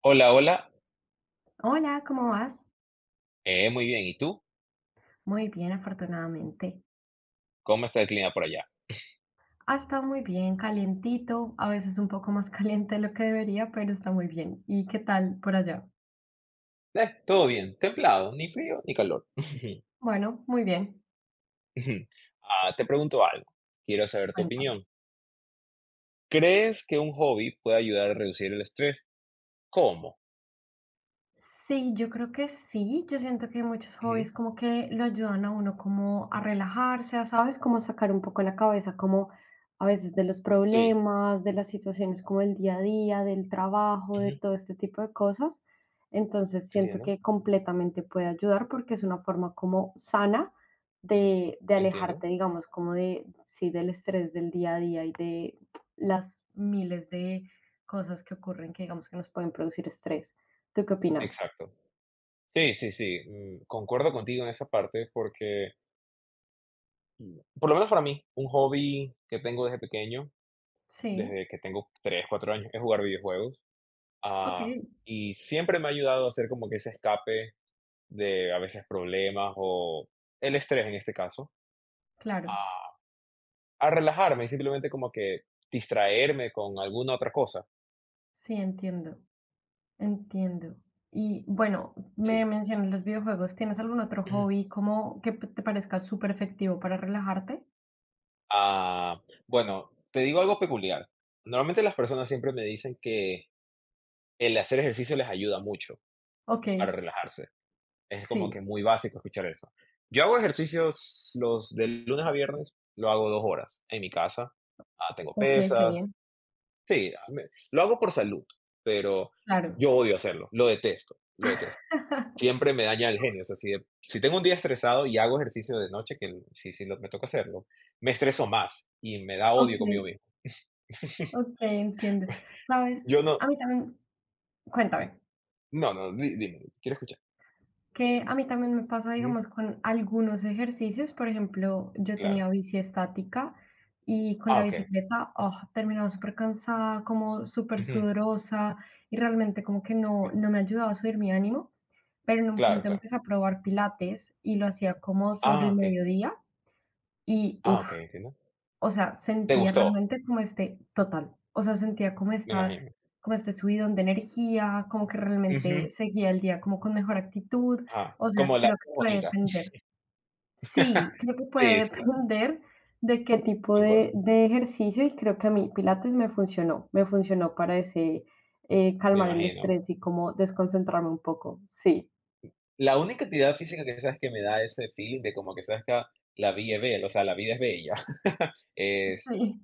Hola, hola. Hola, ¿cómo vas? Muy bien. ¿Y tú? Muy bien, afortunadamente. ¿Cómo está el clima por allá? Ha estado muy bien, calientito, a veces un poco más caliente de lo que debería, pero está muy bien. ¿Y qué tal por allá? Todo bien. Templado. Ni frío ni calor. Bueno, muy bien. Ah, te pregunto algo. Quiero saber tu Cuéntame. opinión. ¿Crees que un hobby puede ayudar a reducir el estrés? ¿Cómo? Sí, yo creo que sí. Yo siento que muchos Ujú. hobbies como que lo ayudan a uno como a relajarse, a, ¿sabes? Como sacar un poco la cabeza, como a veces de los Sí. problemas, de las situaciones como el día a día, del trabajo, de Ujú. todo este tipo de cosas. Entonces siento Entiendo. que completamente puede ayudar porque es una forma como sana de Entiendo. alejarte, digamos, como de, sí, del estrés del día a día y de las miles de cosas que ocurren que digamos que nos pueden producir estrés. ¿Tú qué opinas? Exacto. Sí, sí, sí. Concuerdo contigo en esa parte porque, por lo menos para mí, un hobby que tengo desde pequeño, Sí, desde que tengo 3, 4 años, es jugar videojuegos. Ah, okey, y siempre me ha ayudado a hacer como que ese escape de a veces problemas o el estrés en este caso, claro. a, a relajarme y simplemente como que distraerme con alguna otra cosa. Sí, entiendo, entiendo. Y bueno, me Sí. mencionas los videojuegos, ¿tienes algún otro Ujú. hobby como que p te parezca súper efectivo para relajarte? Ah, bueno, te digo algo peculiar. Normalmente las personas siempre me dicen que el hacer ejercicio les ayuda mucho Okey, para relajarse. Es como que sí, muy básico escuchar eso. Yo hago ejercicios los de lunes a viernes, lo hago 2 horas en mi casa. Tengo okey, qué pesas. bien, Sí. Lo hago por salud, pero claro. yo odio hacerlo, lo detesto, lo detesto. Siempre me daña el genio, o sea, si tengo un día estresado y hago ejercicio de noche, que el- si, si lo- me toca hacerlo, me estreso más y me da odio Okey, conmigo mismo. okey, entiendo. ¿Sabes? Yo A no, mí también. Cuéntame. no, no, dime, quiero escuchar. Que a mí también me pasa, Ujú, digamos, con algunos ejercicios. Por ejemplo, yo claro. tenía bici estática y con Ah, la ok. Ok, bicicleta, oh, terminaba súper cansada, como súper ujú. sudorosa y realmente como que no, me- no me ayudaba a subir mi ánimo. Pero en un Claro, punto claro. empecé a probar pilates y lo hacía como sobre Ah, el ok. mediodía y Ah, uff, ok, entiendo. o sea, ¿Te sentía gustó? realmente como este total, o sea, sentía como Me esta imagino. como este subidón de energía, como que Ujú, realmente seguía el día como con mejor actitud, ajá. o sea, Como la creo que puede bonita. depender. Sí, creo que puede Sí, sí, depender de qué tipo concuerdo, de ejercicio, y creo que a mí pilates me funcionó para ese, me calmar el imagino. estrés y como desconcentrarme un poco, sí. La única actividad física que sabes que me da ese feeling de como que sabes que la vida es bella, o sea, la vida es bella, es Sí,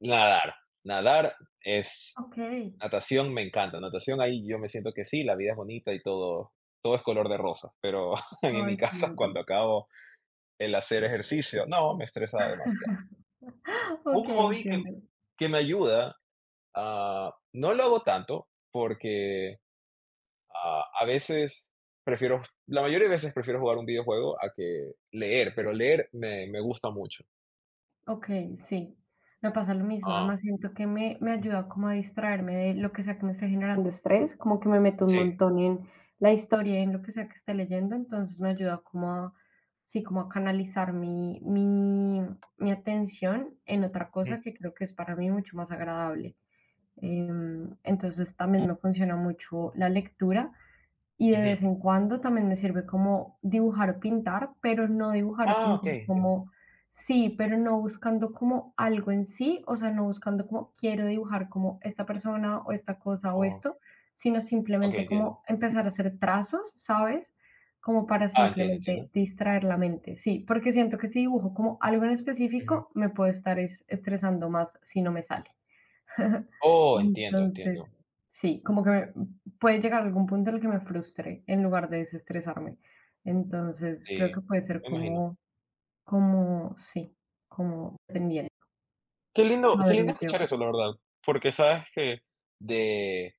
nadar. Nadar es okey. natación, me encanta. Natación ahí yo me siento que sí, la vida es bonita y todo, todo es color de rosa. Pero en mi Ay, qué casa lindo. cuando acabo el hacer ejercicio, no, me estresa demasiado. Un Okey, hobby que, entiendo. que me ayuda, no lo hago tanto porque Ah, a veces prefiero, la mayoría de veces prefiero jugar un videojuego a que leer, pero leer me gusta mucho. Ok, sí, me pasa lo mismo. Ah, Además, siento que me mm, ayuda como a distraerme de lo que sea que me esté generando estrés, como que me meto un sí. montón en la historia, en lo que sea que esté leyendo, entonces me ayuda como a, sí, como a canalizar mi atención en otra Ujú, cosa que creo que es para mí mucho más agradable. Entonces también me funciona mucho la lectura. Y de ujú. vez en cuando también me sirve como dibujar o pintar, pero no dibujar o Ah, ok, pintar entiendo. como sí, pero no buscando como algo en sí, o sea, no buscando como quiero dibujar como esta persona o esta cosa o Oh, esto, sino ok, simplemente entiendo. como empezar a hacer trazos, ¿sabes? Como para Ah, entiendo, simplemente entiendo. distraer la mente, sí, porque siento que si dibujo como algo en Ujú. específico, me puedo estar estresando más si no me sale. Oh, entiendo, Entonces, entiendo. sí, como que me puede llegar algún punto en el que me frustre en lugar de desestresarme. Entonces, Sí, creo que puede ser me imagino. como sí, como pendiente, Qué saberlo lindo escuchar llevar. eso, la verdad. Porque sabes que de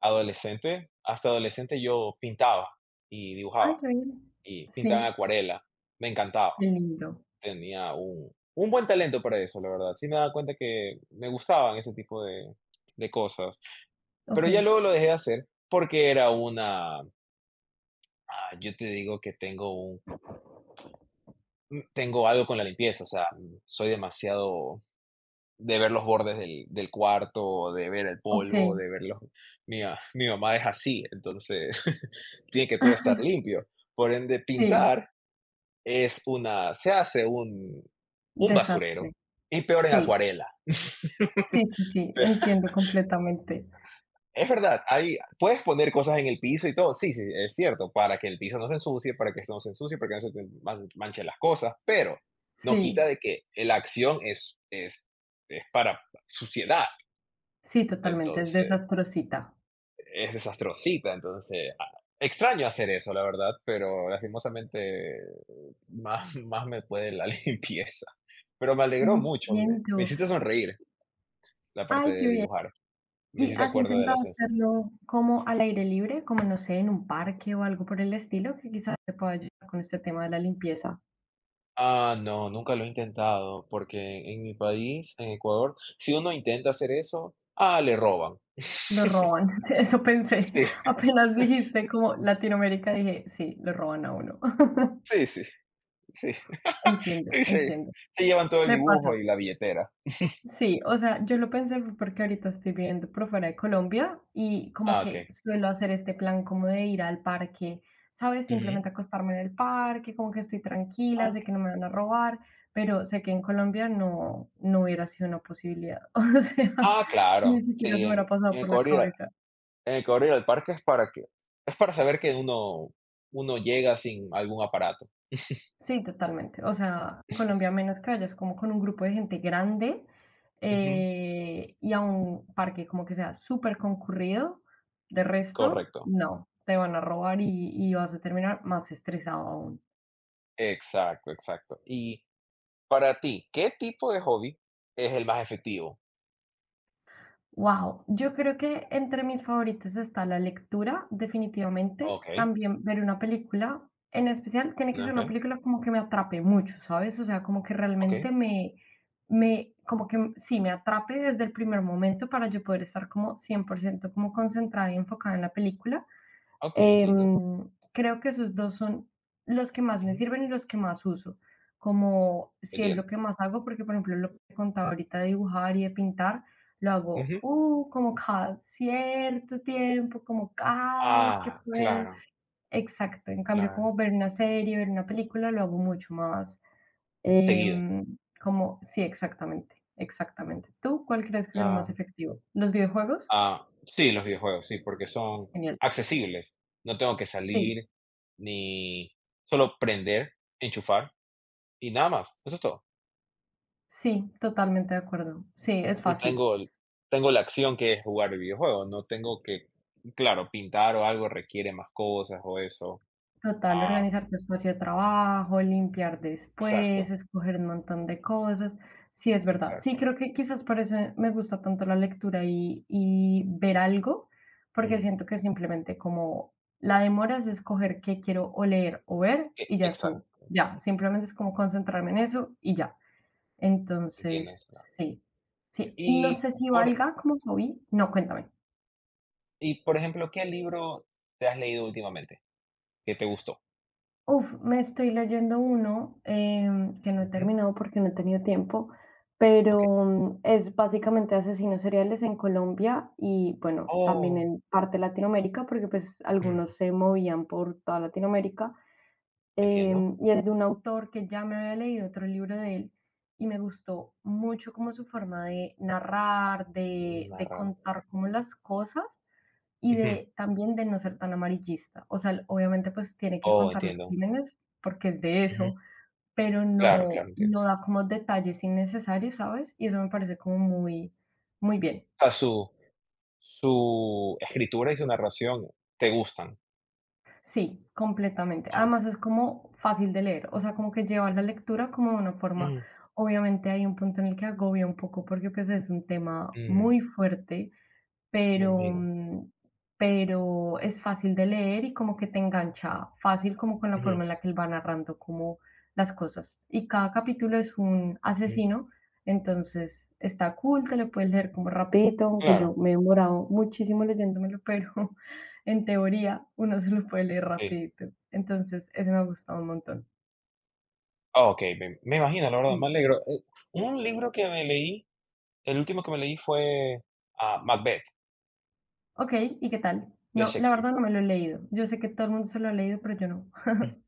hasta adolescente yo pintaba y Ay, dibujaba qué bien. y pintaba Sí, en acuarela. Me encantaba. qué lindo. Tenía un buen talento para eso, la verdad. Sí me daba cuenta que me gustaban ese tipo de cosas, pero Okey, ya luego lo dejé de hacer porque era una ah, yo te digo que tengo algo con la limpieza, o sea, soy demasiado de ver los bordes del cuarto, de ver el okey, polvo, de ver los mi ma mi mamá es así, entonces tiene que todo estar limpio. Por ende, sí, pintar es una se hace un desastre. basurero, y peor en Sí, acuarela. sí, sí, sí, entiendo completamente. Es verdad, hay, puedes poner cosas en el piso y todo, sí, sí, es cierto, para que el piso no se ensucie, para que esto no se ensucie, para que no se te manchen las cosas, pero no Sí, quita de que la acción es para suciedad, sí, totalmente, es entonces desastrosita. es desastrosita, entonces extraño hacer eso, la verdad, pero lastimosamente más, más me puede la limpieza. Pero me alegró mucho, me Entiendo. hiciste sonreír la parte Ay, qué de bien. dibujar, me ¿Y hiciste has acuerdo de la, intentado sens- hacerlo como al aire libre, como no sé, en un parque o algo por el estilo, que quizás te pueda ayudar con este tema de la limpieza? Ah, no, nunca lo he intentado, porque en mi país, en Ecuador, si uno intenta hacer eso, le roban. Lo roban, sí, eso pensé. Apenas dijiste como Latinoamérica, dije, sí, lo roban a uno. Sí, sí, sí, sí. Entiendo, Y se, entiendo. se llevan todo el Me pasa. dibujo y la billetera. Sí, o sea, yo lo pensé fue porque ahorita estoy viviendo por fuera de Colombia y como Ah, ok. que suelo hacer este plan como de ir al parque, ¿sabes? Ujú. Simplemente acostarme en el parque, como que estoy Ah, tranquila, sé ok. que no me van a robar, pero sé que en Colombia no, no hubiera sido una posibilidad. O sea, Ah, ni claro. siquiera se Sí, me hubiera en, pasado en por la Ecuador, cabeza. en Ecuador ir al parque es para saber que uno llega sin algún aparato. Sí, totalmente. O sea, en Colombia, a menos que vayas como con un grupo de gente grande Ujú. Y a un parque como que sea súper concurrido, de resto, Correcto. no, te van a robar y, vas a terminar más estresado aún. Exacto, exacto. Y para ti, ¿qué tipo de hobby es el más efectivo? Wow, yo creo que entre mis favoritos está la lectura, definitivamente. Ok, También ver una película, en especial tiene que ser una ok, película como que me atrape mucho, ¿sabes? O sea, como que ok. realmente como que sí, me atrape desde el primer momento para yo poder estar como 100% como concentrada y enfocada en la película. Okey, entiendo. Creo que esos 2 son los que más me Ujú, sirven y los que más uso, como si es lo entiendo. que más hago, porque, por ejemplo, lo que te contaba ahorita de dibujar y de pintar, lo hago, Ujú. Como cada cierto tiempo, como cada vez que Ah, puedo. claro, Exacto, en cambio, claro. como ver una serie, ver una película, lo hago mucho más, Seguido, como sí, exactamente, exactamente. ¿Tú cuál crees que es el más claro. efectivo? ¿Los videojuegos? Ah, sí, los videojuegos, sí, porque son Genial. accesibles. No tengo que Sí, salir ni solo prender, enchufar y nada más, eso es todo. sí, totalmente de acuerdo. Sí, es Y fácil. Tengo la acción que es jugar el videojuego, no tengo que, claro, pintar o algo requiere más cosas o eso. Total, Ah, organizar tu espacio de trabajo, limpiar después, exacto, escoger un montón de cosas. Sí, es verdad. Sí, exacto. creo que quizás por eso me gusta tanto la lectura y, ver algo, porque Ujú, siento que simplemente como la demora es escoger qué quiero o leer o ver y ya estuvo. exacto, Ya, simplemente es como concentrarme en eso y ya. entiendo Entonces, eso. sí, sí. Y no Y sé si por valga como hobby. No, cuéntame. Y, por ejemplo, ¿qué libro te has leído últimamente que te gustó? Uf, me estoy leyendo uno que no he Ujú. terminado porque no he tenido tiempo, Okey. pero es básicamente asesinos seriales en Colombia y bueno, también Oh, en parte Latinoamérica, porque pues algunos mm, se movían por toda Latinoamérica. entiendo. Y es de un autor que ya me había leído otro libro de él y me gustó mucho como su forma de narrar, Nada de raro. contar como las cosas y Ujú. de también de no ser tan amarillista. O sea, obviamente pues tiene que Oh, contar los entiendo. crímenes porque es de Ujú. eso, pero Claro, claro, no, entiendo. no O da como detalles innecesarios, ¿sabes? Y eso me parece como muy, muy bien. sea, su escritura y su narración te gustan. Sí, completamente. Ah, Además es como fácil de leer, o sea, como que llevar la lectura como de una forma, mm, obviamente hay un punto en el que agobia un poco porque pues es un tema mm, muy fuerte me pero, imagino. mm, pero es fácil de leer y como que te engancha fácil como con la Ujú, forma en la que él va narrando como las cosas. Y cada capítulo es un ujú. asesino, entonces está cool, te lo puedes leer como rapidito, aunque yo Claro, me he demorado muchísimo leyéndomelo, pero en teoría uno se lo puede leer sí. rapidito. Entonces, ese me ha gustado un montón. Ah, okey, me imagino, la verdad, me Sí. alegro. Un libro que me leí, El último que me leí fue, Macbeth Ok, ¿y qué tal? de No, la Shakespeare. verdad no me lo he leído. Yo sé que todo el mundo se lo ha leído, pero yo no.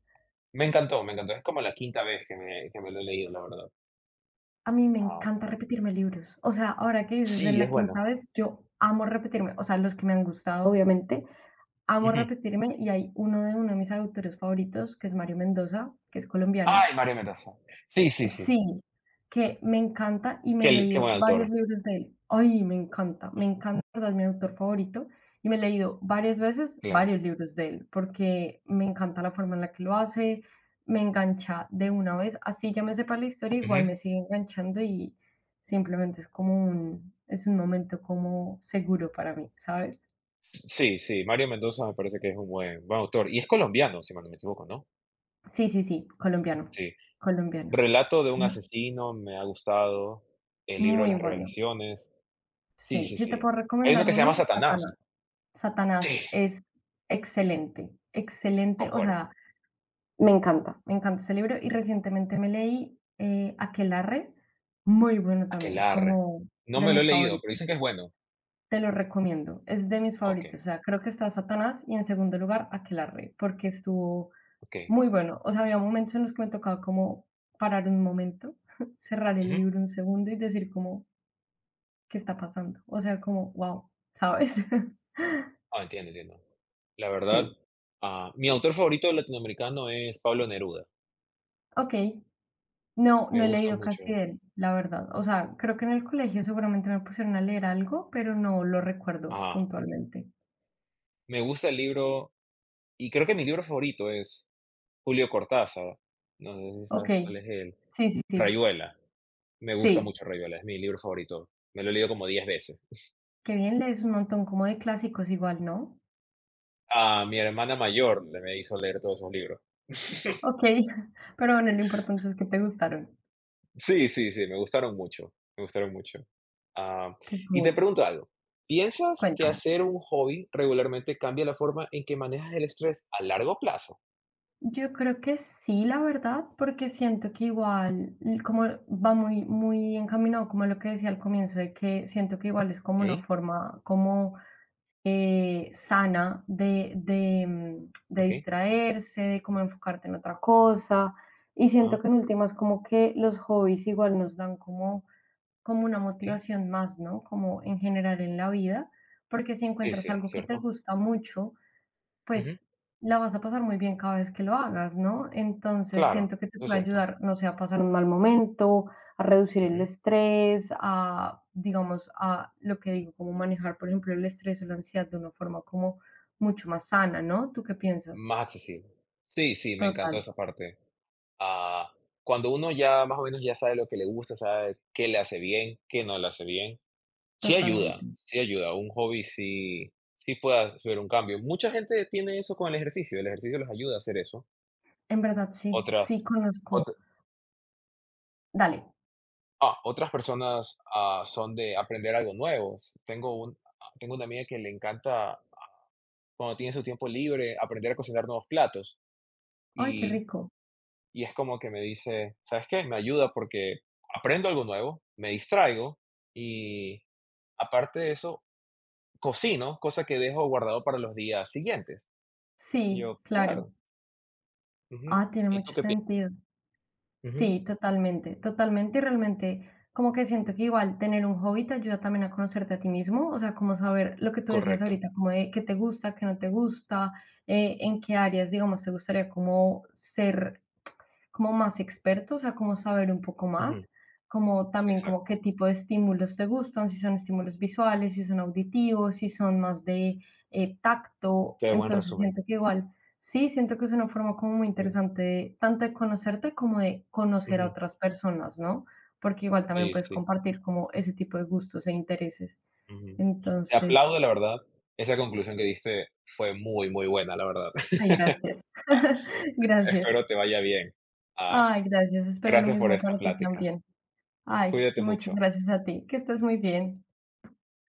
Me encantó, me encantó. Es como la quinta vez que me lo he leído, la verdad. A mí me Ah, encanta repetirme libros. O sea, ahora que dices, es sí, es la quinta bueno. vez, yo amo repetirme. O sea, los que me han gustado, obviamente, amo Ujú. repetirme. Y hay uno de mis autores favoritos, que es Mario Mendoza, que es colombiano. ¡Ay, Mario Mendoza! Sí, sí, sí. Sí, que me encanta y me he Qué leído buen varios autor, libros de él. Ay, me encanta, de verdad, es mi autor favorito y me he leído varias veces claro. varios libros de él porque me encanta la forma en la que lo hace, me engancha de una vez, así ya me sepa la historia, igual Ujú. me sigue enganchando y simplemente es un momento como seguro para mí, ¿sabes? Sí, sí, Mario Mendoza me parece que es un buen, buen autor. Y es colombiano, si mal no me equivoco, ¿no? Sí, sí, sí, colombiano, Sí. colombiano. Relato de un asesino, me ha gustado. El libro de Muy las bueno. revelaciones. Sí, Sí, sí, si te sí. puedo Hay uno recomendar que se llama uno, Satanás. Satanás. Sí, Satanás es excelente, excelente, o concuerdo. sea, me encanta ese libro y recientemente me leí Aquelarre, muy bueno también, Aquelarre. como No de me lo he mis leído, favoritos, pero dicen que es bueno. te lo recomiendo, es de mis Ok, favoritos, o sea, creo que está Satanás y en segundo lugar Aquelarre, porque estuvo ok. muy bueno, o sea, había momentos en los que me tocaba como parar un momento, cerrar el Ujú. libro un segundo y decir como, ¿qué está pasando? O sea, como, wow, ¿sabes? Ah, entiendo, entiendo. La verdad, Sí, mi autor favorito latinoamericano es Pablo Neruda. ok. No, Me no he gusta leído casi mucho. de él, la verdad. O sea, creo que en el colegio seguramente me pusieron a leer algo, pero no lo recuerdo Ah, puntualmente. me gusta el libro, y creo que mi libro favorito es Julio Cortázar. No sé si Ok, sabes cuál es él. sí, sí, sí. Rayuela. Me gusta Sí, mucho Rayuela, es mi libro favorito. Me lo he leído como 10 veces. qué bien lees un montón como de clásicos igual, ¿no? A mi hermana mayor le me hizo leer todos esos libros. Ok, pero bueno, lo importante es que te gustaron. Sí, sí, sí, me gustaron mucho, me gustaron mucho. Ah, Qué y te cool. pregunto algo, ¿piensas que Cuéntame. hacer un hobby regularmente cambia la forma en que manejas el estrés a largo plazo? Yo creo que sí, la verdad, porque siento que igual, como va muy, muy encaminado, como lo que decía al comienzo, de que siento que igual es como ¿Ok? una forma, como sana de ¿Ok? distraerse, de como enfocarte en otra cosa. Y siento ah, que en últimas como que los hobbies igual nos dan como una sí, motivación más, ¿no? Como en general en la vida, porque si sí, encuentras sí, es algo que te cierto. gusta mucho, Ujú, pues la vas a pasar muy bien cada vez que lo hagas, ¿no? Entonces claro, siento que te eso es puede cierto. ayudar, no sé, a pasar un mal momento, a reducir el Ujú, estrés, a, digamos, a lo que digo, como manejar, por ejemplo, el estrés o la ansiedad de una forma como mucho más sana, ¿no? ¿Tú qué piensas? más accesible. Sí, sí, me Total, encantó esa parte. Ah, cuando uno ya más o menos ya sabe lo que le gusta, sabe qué le hace bien, qué no le hace bien. Sí totalmente. ayuda, sí ayuda. Un hobby sí, sí puede hacer un cambio. Mucha gente tiene eso con el ejercicio les ayuda a hacer eso. En verdad, sí, Otras sí conozco. otra Dale. otras personas, son de aprender algo nuevo. Tengo un tengo una amiga que le encanta, cuando tiene su tiempo libre, aprender a cocinar nuevos platos, Ay, qué y rico. y es como que me dice: "¿Sabes qué? Me ayuda porque aprendo algo nuevo, me distraigo y aparte de eso, cocino, cosa que dejo guardado para los días siguientes". Y Sí, yo: claro. "Claro". Ujú. Ah, tiene ¿Y mucho tú qué piensas? sentido. Ujú. Sí, totalmente, totalmente y realmente como que siento que igual tener un hobby te ayuda también a conocerte a ti mismo, o sea, como saber lo que tú decías Correcto. ahorita, como de qué te gusta, qué no te gusta, en qué áreas, digamos, te gustaría como ser como más expertos, o sea, como saber un poco más, Ujú. como también como qué Exacto. tipo de estímulos te gustan, si son estímulos visuales, si son auditivos, si son más de tacto. Qué buen Entonces resumen. siento que igual, sí, siento que es una forma como muy Eh, interesante tanto de conocerte como de conocer a Ujú. otras personas, ¿no? Porque igual también Sí, puedes sí. compartir como ese tipo de gustos e intereses. Ujú. Te Entonces, aplaudo, la verdad. Esa conclusión que diste fue muy, muy buena, la verdad. ay, gracias. Ah, Gracias. Espero te vaya bien. Ah, Ay, gracias. Espero lo Gracias por mismo esta para ti plática. también. Ay, Cuídate muchas mucho. gracias a ti. Que estés muy bien.